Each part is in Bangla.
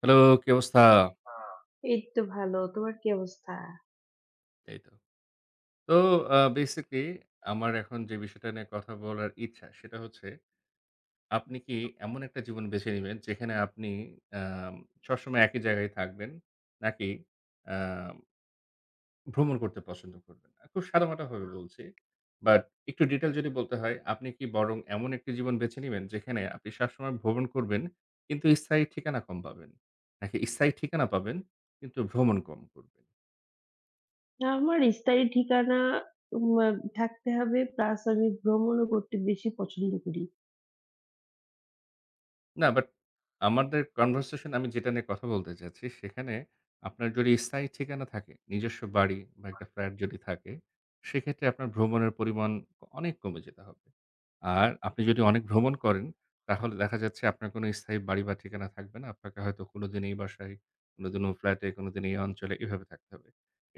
হ্যালো, কি অবস্থা? এই তো ভালো। তোমার কি অবস্থা? এই তো। তো বেসিক্যালি আমার এখন যে বিষয়টা নিয়ে কথা বলার ইচ্ছা, সেটা হচ্ছে আপনি কি এমন একটা জীবন বেছে নিবেন যেখানে আপনি আম সবসময় একই জায়গায় থাকবেন? নাকি আ ভ্রমণ করতে পছন্দ করবেন? খুব সাদামাটাভাবে বলছি। বাট একটু ডিটেইল যদি বলতে হয়, আপনি কি বরং এমন একটি জীবন বেছে নিবেন যেখানে আপনি সবসময় ভ্রমণ করবেন কিন্তু স্থায়ী ঠিকানা কম পাবেন? নাকি স্থায়ী ঠিকানা পাবেন কিন্তু ভ্রমণ কম করবেন? আমার স্থায়ী ঠিকানা উম আ থাকতে হবে, প্লাস আমি ভ্রমণও করতে বেশি পছন্দ করি। না বাট আমাদের কনভারসেশন আমি যেটা নিয়ে কথা বলতে চাচ্ছি, সেখানে আপনার যদি স্থায়ী ঠিকানা থাকে, নিজস্ব বাড়ি বা একটা ফ্ল্যাট যদি থাকে, সেক্ষেত্রে আপনার ভ্রমণের পরিমাণ অনেক কমে যেতে হবে। আর আপনি যদি অনেক ভ্রমণ করেন, তাহলে দেখা যাচ্ছে আপনার কোনো স্থায়ী বাড়ি বা ঠিকানা থাকবে না। আপনাকে হয়তো কোনোদিন এই বাসায়, কোনোদিন ও ফ্ল্যাটে, কোনোদিন এই অঞ্চলে এভাবে থাকতে হবে।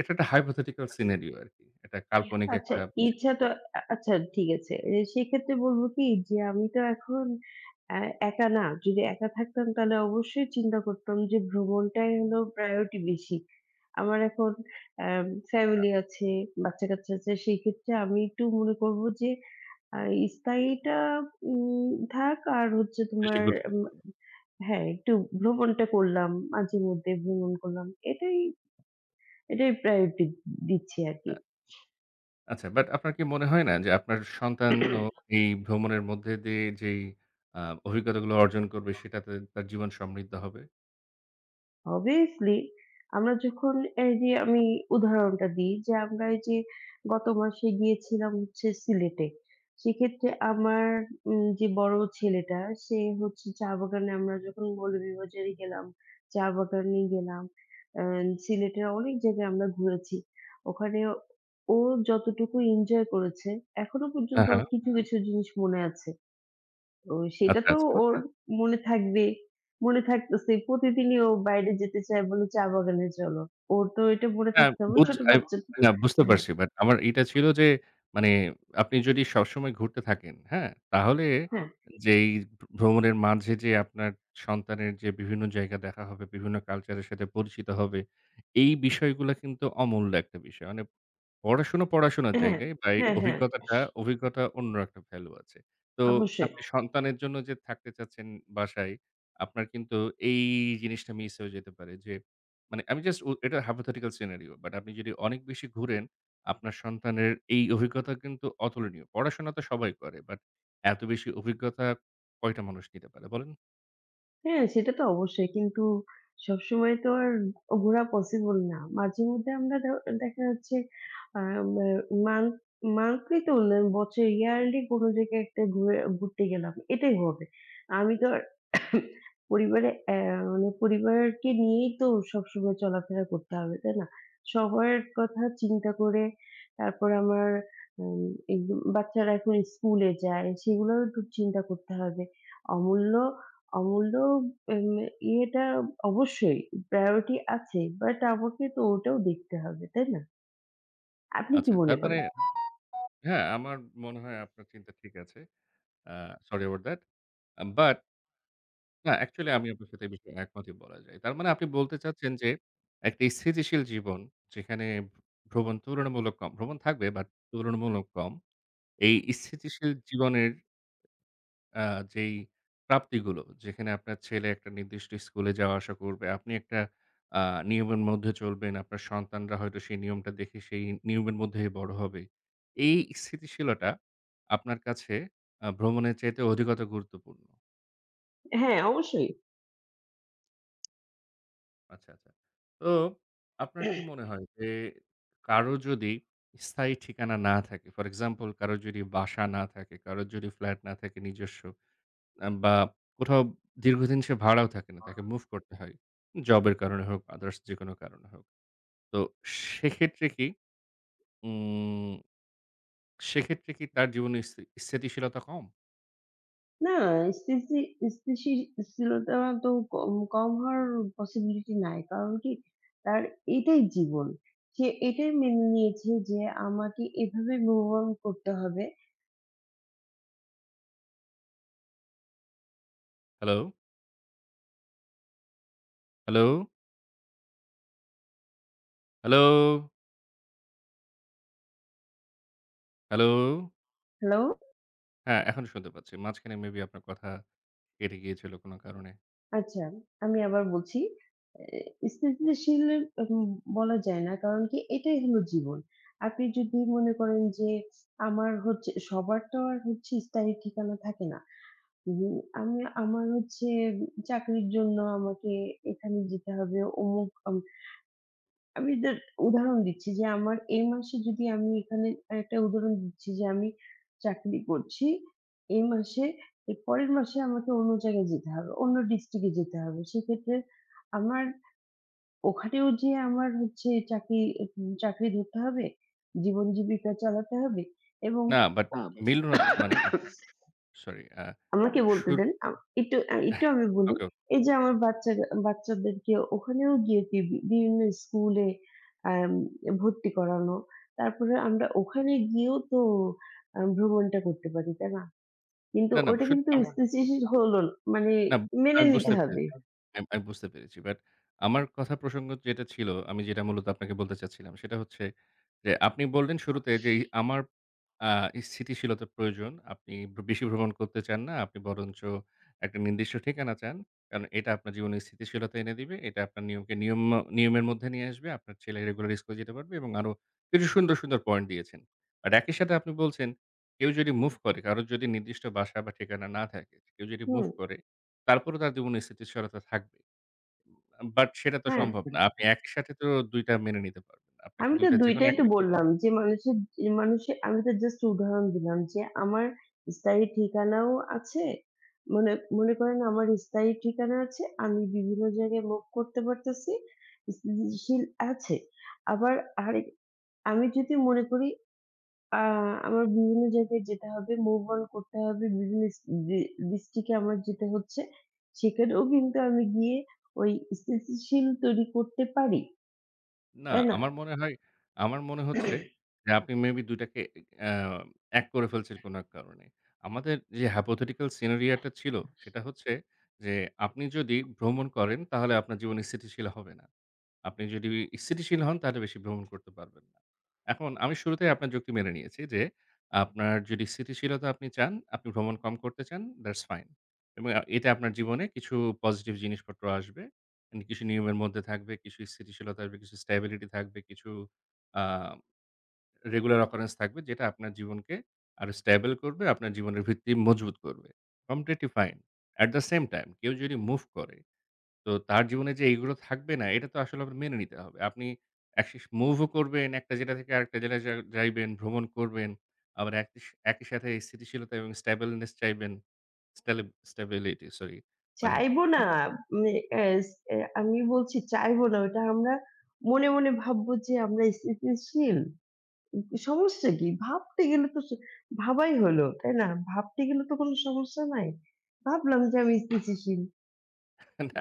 এটা একটা হাইপোথেটিক্যাল সিনারিও আরকি। এটা কাল্পনিক আচ্ছা, একটা বিষয়, ইচ্ছা তো আচ্ছা, ঠিক আছে। এ সেক্ষেত্রে বলব কি যে আমি তো এখন আ একা না। যদি একা থাকতাম তাহলে অবশ্যই চিন্তা করতাম যে ভ্রমণটাই হলো প্রায়োরিটি বেশি। আমার এখন অ্যাম একটা ফ্যামিলি আছে, বাচ্চা-কাচ্চা আছে। সেক্ষেত্রে আমি একটু মনে করব যে আ স্থায়ীটা উম থাক আর হচ্ছে বেশি তোমার উম গুরুত্বপূর্ণ। হ্যাঁ, একটু ভ্রমণটা করলাম, মাঝে মধ্যে ভ্রমণ করলাম। এটাই, এটাই প্রায়োরিটি দিচ্ছি আরকি। আচ্ছা, বাট আপনার কি মনে হয় না যে আপনার সন্তানও এই ভ্রমণের মধ্যে দিয়ে যেই আ অভিজ্ঞতাগুলো অর্জন করবে সেটাতে তার জীবন সমৃদ্ধ হবে? Obviously আমরা যখন এই যে আমি উদাহরণটা দিই যে আমরা এই যে গত মাসে গিয়েছিলাম হচ্ছে সিলেটে। সেক্ষেত্রে আমার যে বড় ছেলেটা সে হচ্ছে চা বাগানে, আমরা যখন মৌলভীবাজারে গেলাম, চা বাগানে গেলাম, আ সিলেটের অনেক জায়গায় আমরা ঘুরেছি। ওখানে ও যতটুকু এনজয় করেছে, এখনো হ্যাঁ, পর্যন্ত হ্যাঁ। ওর কিছু জিনিস মনে আছে। ও সেটা আচ্ছা, তো আচ্ছা। ওর আচ্ছা। মনে থাকবে। মনে থাকতেছে। প্রতিদিনই ও বাইরে যেতে চায় বলে চা বাগানে চলো। ওর তো এটা মনে হ্যাঁ, থাকতে হবে। হ্যাঁ, বুঝ ছোট আচ্ছা আই বাচ্চা তো না, বুঝতে অবশ্যই। পারছি। বাট আমার এটা ছিল যে মানে আপনি যদি সবসময় ঘুরতে থাকেন, হ্যাঁ? তাহলে হ্যাঁ, যেই ভ্রমণের মাঝে যে আপনার সন্তানের যে বিভিন্ন জায়গা দেখা হবে, বিভিন্ন কালচারের সাথে পরিচিত হবে, এই বিষয়গুলা কিন্তু অমূল্য একটা বিষয়। মানে পড়াশোনা, পড়াশোনার হ্যাঁ, হ্যাঁ, জায়গায় বা অবশ্যই। এই হ্যাঁ, হ্যাঁ, অভিজ্ঞতা অন্য একটা ভ্যালু আছে। তো অবশ্যই। আপনি সন্তানের জন্য যে থাকতে চাচ্ছেন বাসায়, আপনার কিন্তু এই জিনিসটা মিস হয়ে যেতে পারে যে মানে আমি জাস্ট এটা hypothetical scenario। বাট আপনি যদি অনেক বেশি ঘুরেন, আপনার সন্তানের এই অভিজ্ঞতা কিন্তু অতুলনীয়। পড়াশোনা তো সবাই করে বাট এত বেশি অভিজ্ঞতা কয়টা মানুষ নিতে পারে বলেন? হ্যাঁ, সেটা তো অবশ্যই। কিন্তু সবসময় তো আর ঘোরা পসিবল না। মাঝেমধ্যে আমরা ধ দেখা যাচ্ছে আ মা মান্থ মান্থলি তো না, বছরে ইয়ারলি কোন জায়গায় একটা ঘুরে ঘুরতে গেলাম। এটাই হবে। আমি তো আর পরিবারে মানে পরিবারকে নিয়েই তো সবসময় চলাফেরা করতে হবে, তাই না? সবার কথা চিন্তা করে তারপর আমার উম এই বাচ্চারা এখন স্কুলে যায়, সেগুলোও একটু চিন্তা করতে হবে। অমূল্য, অমূল্য উম ইয়েটা অবশ্যই প্রায়োরিটি আছে। বাট আমাকে তো ওটাও দেখতে হবে, তাই না? আপনি কি আচ্ছা, তার মনে মানে করেন? হ্যাঁ, আমার মনে হয় আপনার চিন্তা ঠিক আছে। Uh sorry about that. But না, অ্যাকচুয়ালি আমি আপনার সাথে এই বিষয়ে একমতই বলা যায়। তার মানে আপনি বলতে চাচ্ছেন যে, একটা স্থিতিশীল জীবন যেখানে ভ্রমণ তুলনামূলক কম, ভ্রমণ থাকবে বাট তুলনামূলক কম। এই স্থিতিশীল জীবনের আ যেই প্রাপ্তিগুলো, যেখানে আপনার ছেলে একটা নির্দিষ্ট স্কুলে যাওয়া আসা করবে, আপনি একটা আ নিয়মের মধ্যে চলবেন, আপনার সন্তানরা হয়তো সেই নিয়মটা দেখে সেই নিয়মের মধ্যেই বড় হবে। এই স্থিতিশীলতা আপনার কাছে ভ্রমণের চাইতে অধিকতর গুরুত্বপূর্ণ। হ্যাঁ, অবশ্যই। আচ্ছা, আচ্ছা। তো আপনার কি মনে হয় যে কারো যদি স্থায়ী ঠিকানা না থাকে, ফর এক্সাম্পল কারো যদি বাসা না থাকে, কারো যদি ফ্ল্যাট না থাকে নিজস্ব বা কোথাও দীর্ঘদিন সে ভাড়াও থাকে না, তাকে মুভ করতে হয়। জবের কারণে হোক, আদার্স যেকোনো কারণে হোক। তো সেক্ষেত্রে কি উম সেক্ষেত্রে কি তার জীবনে স্থিতিশীলতা কম? না, স্থিতি স্থিতিশীলতা তো কম হওয়ার পসিবিলিটি নাই। কারণ কি তার এটাই জীবন। সে এটাই মেনে নিয়েছে যে আমাকে এভাবে মুভ অন করতে হবে। Hello? Hello? Hello? Hello? Hello? হ্যাঁ, এখন শুনতে পাচ্ছি। মাঝখানে মেবি আপনার কথা কেটে গিয়েছিল কোনো কারণে। আচ্ছা, আমি আবার বলছি। এ স্থিতিশীল উম বলা যায় না। কারণ কি এটাই হলো জীবন। আপনি যদি মনে করেন যে আমার হচ্ছে সবার তো আর হচ্ছে স্থায়ী ঠিকানা থাকে না। উম আমি আমার হচ্ছে চাকরির জন্য আমাকে এখানে যেতে হবে, অমুক আমি এটার উদাহরণ দিচ্ছি যে আমার এই মাসে যদি আমি এখানে একটা উদাহরণ দিচ্ছি যে আমি চাকরি করছি এই মাসে, এর পরের মাসে আমাকে অন্য জায়গায় যেতে হবে। অন্য ডিস্ট্রিক্টে যেতে হবে। সেক্ষেত্রে আমার ওখানেও যেয়ে আমার হচ্ছে চাকরি, চাকরি ধরতে হবে, জীবন জীবিকা চালাতে হবে এবং না, বাট হ্যাঁ, মিলল না তো। মানে আপনি সরি আমাকে বলতে সুর দেন। একটু একটু আমি বলি। ওকে, ওকে, এই যে আমার ওকে। বাচ্চা বাচ্চাদেরকে ওখানেও গিয়ে বি বিভিন্ন স্কুলে আম ভর্তি করানো। তারপরে আমরা ওখানে গিয়েও তো ভ্রমণটা করতে পারি, তাই না? কিন্তু না, না, ওটা শুধু কিন্তু বাহ! আমি স্থিতিশীল হলো না। মানে না, মেনে আমি নিতে বুঝতে বাহ! হবে। পেরেছি। আমি আমি বুঝতে পেরেছি। বাট আমার কথা প্রসঙ্গ যেটা ছিল, আমি যেটা মূলত আপনাকে বলতে চাচ্ছিলাম সেটা হচ্ছে যে, আপনি বললেন শুরুতে যে, এই আমার আ স্থিতিশীলতা প্রয়োজন। আপনি বেশি ভ্রমণ করতে চান না। আপনি বরঞ্চ একটা নির্দিষ্ট ঠিকানা চান। কারণ এটা আপনার জীবনে স্থিতিশীলতা এনে দিবে। এটা আপনার নিয়মকে নিয়ম নিয়মের মধ্যে নিয়ে আসবে। আপনার ছেলে রেগুলার স্কুলে যেতে পারবে এবং আরো কিছু সুন্দর, সুন্দর পয়েন্ট দিয়েছেন। বাট একই সাথে আপনি বলছেন, কেউ যদি মুভ করে, কারোর যদি নির্দিষ্ট বাসা বা ঠিকানা না থাকে, কেউ যদি মুভ হুম, করে তারপরেও তার জীবনে স্থিতিশীলতা থাকবে। বাট সেটা তো হ্যাঁ। সম্ভব না। আপনি একই সাথে তো ২ টা মেনে নিতে পারবেন না। আপনাকে আমি ২ তো টা ২ যেকোনো টাই তো একটা। বললাম যে মানুষের যে মানুষের আমি তো জাস্ট উদাহরণ দিলাম যে আমার স্থায়ী ঠিকানাও আছে। মনে মনে করেন আমার স্থায়ী ঠিকানা আছে। আমি বিভিন্ন জায়গায় মুভ করতে পারতেছি। স্থিতিশীল আছে। আবার আরেক আমি যদি মনে করি আ আমার বিভিন্ন জায়গায় যেতে হবে, মুভ অন করতে হবে, বিভিন্ন ইস ডি ডিস্ট্রিক্ট এ আমার যেতে হচ্ছে। সেখানেও কিন্তু আমি গিয়ে ওই স্থিতিশীল তৈরি করতে পারি। না, তাই না? আমার মনে হয় আমার মনে হচ্ছে যে আপনি মেবি ২ টাকে অ্যা এক করে ফেলছেন কোনো এক কারণে। আমাদের যে hypothetical scenario টা ছিল সেটা হচ্ছে যে আপনি যদি ভ্রমণ করেন তাহলে আপনার জীবন স্থিতিশীল হবে না। আপনি যদি স্থিতিশীল হন তাহলে বেশি ভ্রমণ করতে পারবেন না। এখন আমি শুরুতেই আপনার যুক্তি মেনে নিয়েছি যে আপনার যদি স্থিতিশীলতা আপনি চান, আপনি ভ্রমণ কম করতে চান, that's fine এবং এটা আপনার জীবনে কিছু পজিটিভ জিনিসপত্র আসবে। কিছু নিয়মের মধ্যে থাকবে, কিছু স্থিতিশীলতা আসবে, কিছু স্ট্যাবিলিটি থাকবে, কিছু আ রেগুলার occurrence থাকবে যেটা আপনার জীবনকে আরো স্ট্যাবল করবে, আপনার জীবনের ভিত্তি মজবুত করবে। Completely fine. At the same time কেউ যদি মুভ করে, তো তার জীবনে যে এইগুলো থাকবে না এটা তো আসলে আপনার মেনে নিতে হবে। আপনি অ্যাকসিস মুভও করবেন, একটা জেলা থেকে আরেকটা জেলায় যাইবেন, ভ্রমণ করবেন। আবার একই সাথে স্থিতিশীলতা এবং স্ট্যাবলনেস চাইবেন। স্ট্যালি স্ট্যাবিলিটি, সরি। মানে চাইবো না। মানে এস এ আমি বলছি চাইবো না। ওটা আমরা মনে ভাববো যে আমরা স্থিতিশীল। সমস্যা কি? ভাবতে গেলে তো স ভাবাই হলো, তাই না? ভাবতে গেলে তো কোনো সমস্যা নাই। ভাবলাম যে আমি স্থিতিশীল। না,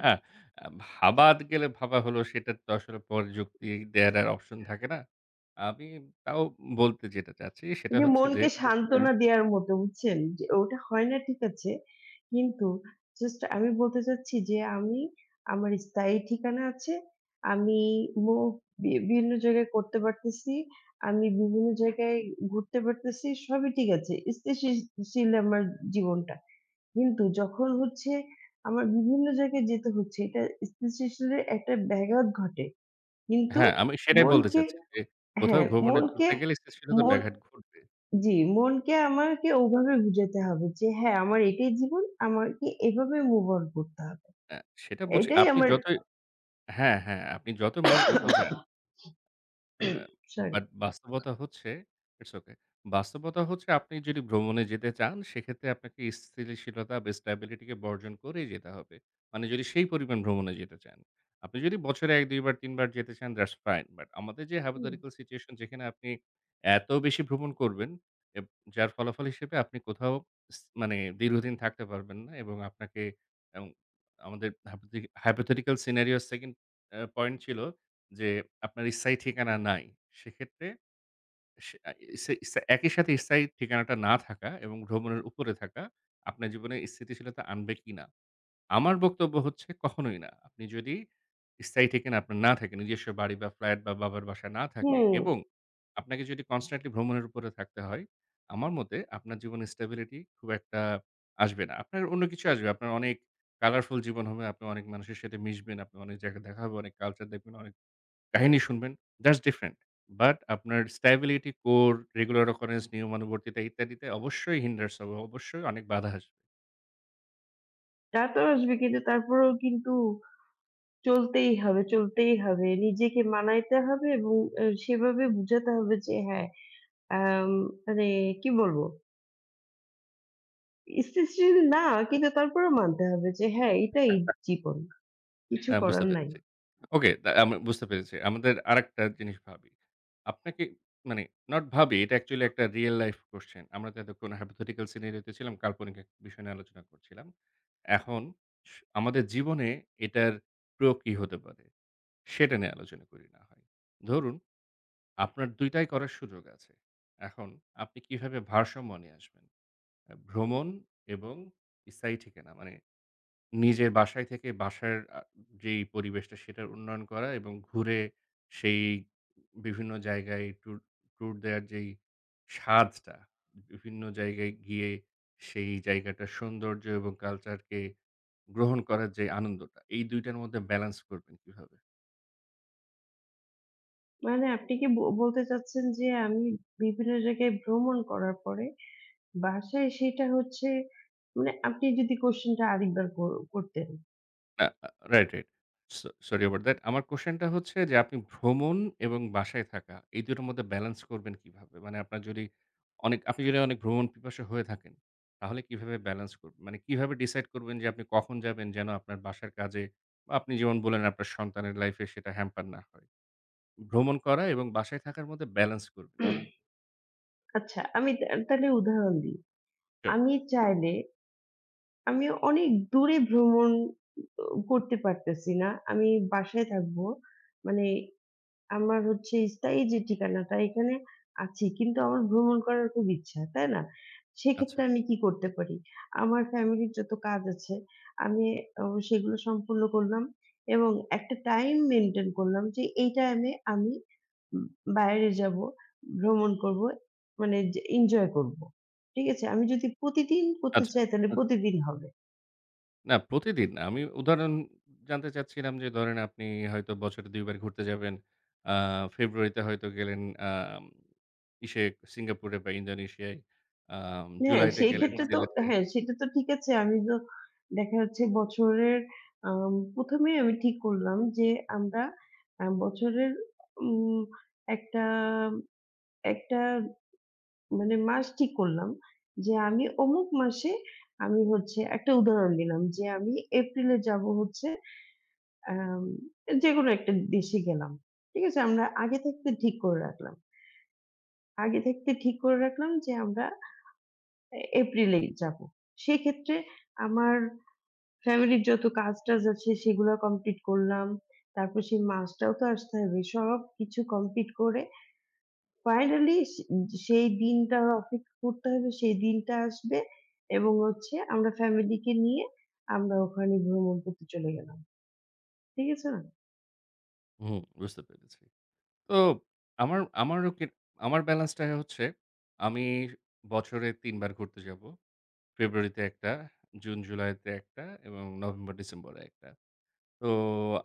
ভাবা গেলে ভাবা হলো সেটার তো আসলে পরে যুক্তি দেয়ার আর অপশন থাকে না। আমি তাও বলতে যেটা চাচ্ছি ওই সেটা যে হচ্ছে যে মনকে আচ্ছা। সান্ত্বনা দেয়ার মতো বুঝছেন? যে ওটা হয় না, ঠিক আছে। কিন্তু জাস্ট আমি বলতে চাচ্ছি যে আমি আমার স্থায়ী ঠিকানা আছে। আমি মুভ বিভিন্ন জায়গায় করতে পারতেছি। আমি বিভিন্ন জায়গায় ঘুরতে পারতেছি। সবই ঠিক আছে। স্থিতিশীল আমার জীবনটা। কিন্তু যখন হচ্ছে আমার বিভিন্ন জায়গায় যেতে হচ্ছে, এটা স্থিতিশীলের একটা ব্যাঘাত ঘটে। কিন্তু হ্যাঁ, আমি আচ্ছা। সেটাই বলতে মনকে চাচ্ছি যে কোথাও হ্যাঁ, ভ্রমণে মনকে ঘুরতে গেলে সৃষ্টিগত মন ব্যাঘাত ঘটবে। জি, মনকে আমাকে ওভাবে বুঝাতে হবে যে, হ্যাঁ, আমার এটাই জীবন, আমাকে এভাবে মুভ অন করতে হবে। অ্যা সেটা বুঝি এটাই আপনি আমার যতই। হ্যাঁ, হ্যাঁ, আপনি যত মনকে বোঝান অ্যা সরি। বাট বাস্তবতা হচ্ছে ইটস ওকে। বাস্তবতা হচ্ছে আপনি যদি ভ্রমণে যেতে চান, সেক্ষেত্রে আপনাকে স্থিতিশীলতা বা স্ট্যাবিলিটি কে বর্জন করেই যেতে হবে। মানে যদি সেই পরিমাণ ভ্রমণে যেতে চান। আপনি যদি বছরে ১-২ বার ৩ বার যেতে চান দ্যাটস ফাইন। বাট আমাদের যে hypothetical situation যেখানে আপনি এত বেশি ভ্রমণ করবেন এব যার ফলাফল হিসেবে আপনি কোথাও মানে দীর্ঘদিন থাকতে পারবেন না এবং আপনাকে এবং আমাদের hypothetical scenario 2nd পয়েন্ট ছিল যে আপনার স্থায়ী ঠিকানা নাই। সেক্ষেত্রে সে ইসে ইসে একই সাথে স্থায়ী ঠিকানাটা না থাকা এবং ভ্রমণের উপরে থাকা আপনার জীবনে স্থিতিশীলতা আনবে কিনা? আমার বক্তব্য হচ্ছে কখনোই না। আপনি যদি স্থায়ী ঠিকানা আপনার না থাকে, নিজস্ব বাড়ি বা ফ্ল্যাট বা বাবার বাসা না থাকে হুম, এবং আপনাকে যদি কনস্ট্যান্টলি ভ্রমণের উপরে থাকতে হয়, আমার মতে আপনার জীবনে স্টেবিলিটি খুব একটা আসবে না। আপনার অন্য কিছু আসবে। আপনার অনেক কালারফুল জীবন হবে। আপনি অনেক মানুষের সাথে মিশবেন। আপনি অনেক জায়গায় দেখা হবে, অনেক কালচার দেখবেন, অনেক কাহিনী শুনবেন, that's different. বাট আপনার স্ট্যাবিলিটি, কোর, রেগুলার অকারেন্স, নিয়মানুবর্তিতা ইত্যাদিতে অবশ্যই hinders হবে। অবশ্যই অনেক বাধা আসবে। রাত আসবে কিন্তু তারপরেও কিন্তু চলতেই হবে, চলতেই হবে। নিজেকে মানাইতে হবে এবং সেভাবে বুঝাতে হবে যে হ্যাঁ, আম মানে কি বলবো? স্থিতিশীল না, কিন্তু তারপরেও মানতে হবে যে হ্যাঁ, এটাই জীবন। কিছু না, বুঝতে করার নাই। পেরেছি। ওকে, আমি বুঝতে পেরেছি। আমাদের আরেকটা জিনিস ভাবি। আপনাকে, মানে নট ভাবি, এটা অ্যাকচুয়ালি একটা রিয়াল লাইফ কোয়েশ্চেন। আমরা তো এতক্ষণ hypothetical scenario তে ছিলাম, কাল্পনিক এক বিষয় নিয়ে আলোচনা করছিলাম। এখন স আমাদের জীবনে এটার প্রয়োগ কি হতে পারে? সেটা নিয়ে আলোচনা করি না হয়। ধরুন আপনার ২ টাই করার সুযোগ আছে। এখন আপনি কিভাবে ভারসাম্য নিয়ে আসবেন? ভ্রমণ এবং স্থায়ী ঠিকানা। মানে নিজের বাসায় থেকে বাসার যেই পরিবেশটা সেটার উন্নয়ন করা এবং ঘুরে সেই বিভিন্ন জায়গায় ট্যুর ট্যুর দেওয়ার যেই স্বাদটা, বিভিন্ন জায়গায় গিয়ে সেই জায়গাটার সৌন্দর্য এবং কালচারকে গ্রহণ করার যে আনন্দটা, এই ২ টার মধ্যে ব্যালেন্স করবেন কিভাবে? মানে আপনি কি ব বলতে চাচ্ছেন যে আমি বিভিন্ন জায়গায় ভ্রমণ করার পরে বাসায় সেটা হচ্ছে মানে আপনি যদি কোশ্চেনটা আরেকবার কর করতেন। না, right, right. So sorry about that. আমার কোয়েশ্চেনটা হচ্ছে যে আপনি ভ্রমণ এবং বাসায় থাকা এই ২ টার মধ্যে ব্যালেন্স করবেন কিভাবে? মানে আপনার যদি অনেক আপনি যদি অনেক ভ্রমণ পিপাসু হয়ে থাকেন, তাহলে কিভাবে ব্যালেন্স করবেন? মানে কিভাবে ডিসাইড করবেন যে আপনি কখন যাবেন যেন আপনার বাসার কাজে বা আপনি যেমন বললেন আপনার সন্তানের লাইফ এ সেটা হ্যাম্পার না হয়। ভ্রমণ করা এবং বাসায় থাকার মধ্যে ব্যালেন্স করবেন কিভাবে? আচ্ছা, আমি তা তাহলে উদাহরণ দিই। শিওর। আমি চাইলে আমি অনেক দূরে ভ্রমণ উ করতে পারতেছি না। আমি বাসায় থাকবো। মানে আমার হচ্ছে স্থায়ী যে ঠিকানাটা এখানে আছি। কিন্তু আমার ভ্রমণ করার খুব ইচ্ছা, তাই না? আচ্ছা, সেক্ষেত্রে আমি কি করতে পারি? আমার ফ্যামিলির যত কাজ আছে, আমি অ সেগুলো সম্পূর্ণ করলাম এবং একটা টাইম মেইনটেইন করলাম যে এই টাইমে আমি উম বাইরে যাব, ভ্রমণ করব, মানে যে এনজয় করব। ঠিক আছে? আমি যদি প্রতিদিন করতে আচ্ছা। চাই তাহলে আচ্ছা। প্রতিদিন হবে। না, প্রতিদিন না। আমি উদাহরণ জানতে চাচ্ছিলাম যে ধরেন আপনি হয়তো বছরে ২ বার ঘুরতে যাবেন। আ ফেব্রুয়ারিতে হয়তো গেলেন আম ইসে সিঙ্গাপুরে বা ইন্দোনেশিয়ায়। হ্যাঁ, জুলাইতে সেই জি, জি। গেলেন ক্ষেত্রে তো সিলেটে। হ্যাঁ, সেটা তো ঠিক আছে। আমি তো দেখা যাচ্ছে বছরের ১ম এই আমি ঠিক করলাম যে আমরা বছরের উম একটা, একটা মানে মাস ঠিক করলাম যে আমি অমুক মাসে আমি হচ্ছে একটা উদাহরণ দিলাম যে আমি এপ্রিলে যাব হচ্ছে আম যেকোনো একটা দেশে গেলাম। ঠিক আছে? আমরা আগে থাকতে ঠিক করে রাখলাম। আগে থাকতে ঠিক করে রাখলাম যে আমরা এ এপ্রিলেই যাব। সেক্ষেত্রে আমার ফ্যামিলির যত কাজ-টাজ আছে সেগুলো কমপ্লিট করলাম। তারপর সেই মাছটাও তো আসতে হবে। সবকিছু কমপ্লিট করে ফাইনালি সে সেই দিনটার অপেক্ষা করতে হবে। সেই দিনটা আসবে এবং হচ্ছে আমরা ফ্যামিলিকে নিয়ে আমরা ওখানে ভ্রমণ করতে চলে গেলাম। ঠিক আছে না? হুম, বুঝতে পেরেছি। তো আমার আমারও কি আমার ব্যালেন্সটা হচ্ছে আমি বছরে ৩ বার ঘুরতে যাব। ফেব্রুয়ারিতে ১ টা, জুন জুলাইতে ১ টা এবং নভেম্বর ডিসেম্বরে ১ টা। তো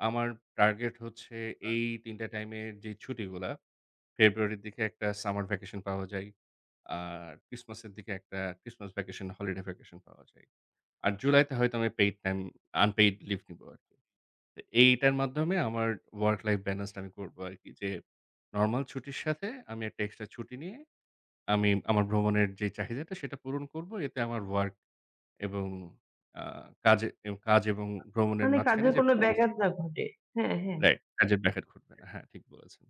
আমার টার্গেট হচ্ছে এই ৩ টা টাইমে যে ছুটিগুলা ফেব্রুয়ারির দিকে একটা সামার ভ্যাকেশন পাওয়া যায়। আর ক্রিসমাসের দিকে একটা ক্রিসমাস ভ্যাকেশন, হলিডে ভ্যাকেশন পাওয়া যায়। আর জুলাইতে হয়তো আমি পেইড টাইম আনপেইড লিভ নিবো আরকি। তো এইটার মাধ্যমে আমার ওয়ার্ক লাইফ ব্যালেন্সটা আমি করবো আরকি যে, নরমাল ছুটির সাথে আমি একটা এক্সট্রা ছুটি নিয়ে আমি আমার ভ্রমণের যে চাহিদাটা সেটা পূরণ করবো। এতে আমার ওয়ার্ক এবং আ কাজে কাজ এবং ভ্রমণের মানে মাঝখানে কাজের যে কোনো দারুণ। ব্যাঘাত না ঘটে। হ্যাঁ, হ্যাঁ। রাইট, কাজের ব্যাঘাত ঘটবে না। হ্যাঁ, ঠিক বলেছেন।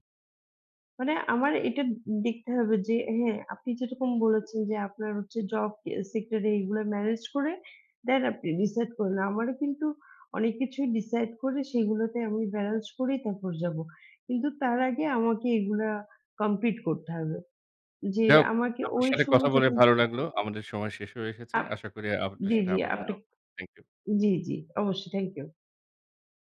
মানে আমার এটা দেখতে হবে যে হ্যাঁ, আপনি যেরকম বলেছেন যে আপনার হচ্ছে জব সেক্টর এ এগুলো ম্যানেজ করে দেন আপনি ডিসাইড করলেন। আমারও কিন্তু অনেক কিছুই ডিসাইড করে সেগুলোতে আমি ব্যালেন্স করেই তারপর যাব। কিন্তু তার আগে আমাকে এগুলা কমপ্লিট করতে হবে। যে যাই হোক, আমাকে আপনার ওই আচ্ছা। সাথে কথা সময় বলে যখন ভালো লাগলো। আমাদের সময় শেষ হয়ে এসেছে। আপ আশা করি আপনার জি, সাথে জি, আবার হ্যাঁ। কথা আপনি হবে। Thank you. জি, জি, অবশ্যই থ্যাংক ইউ।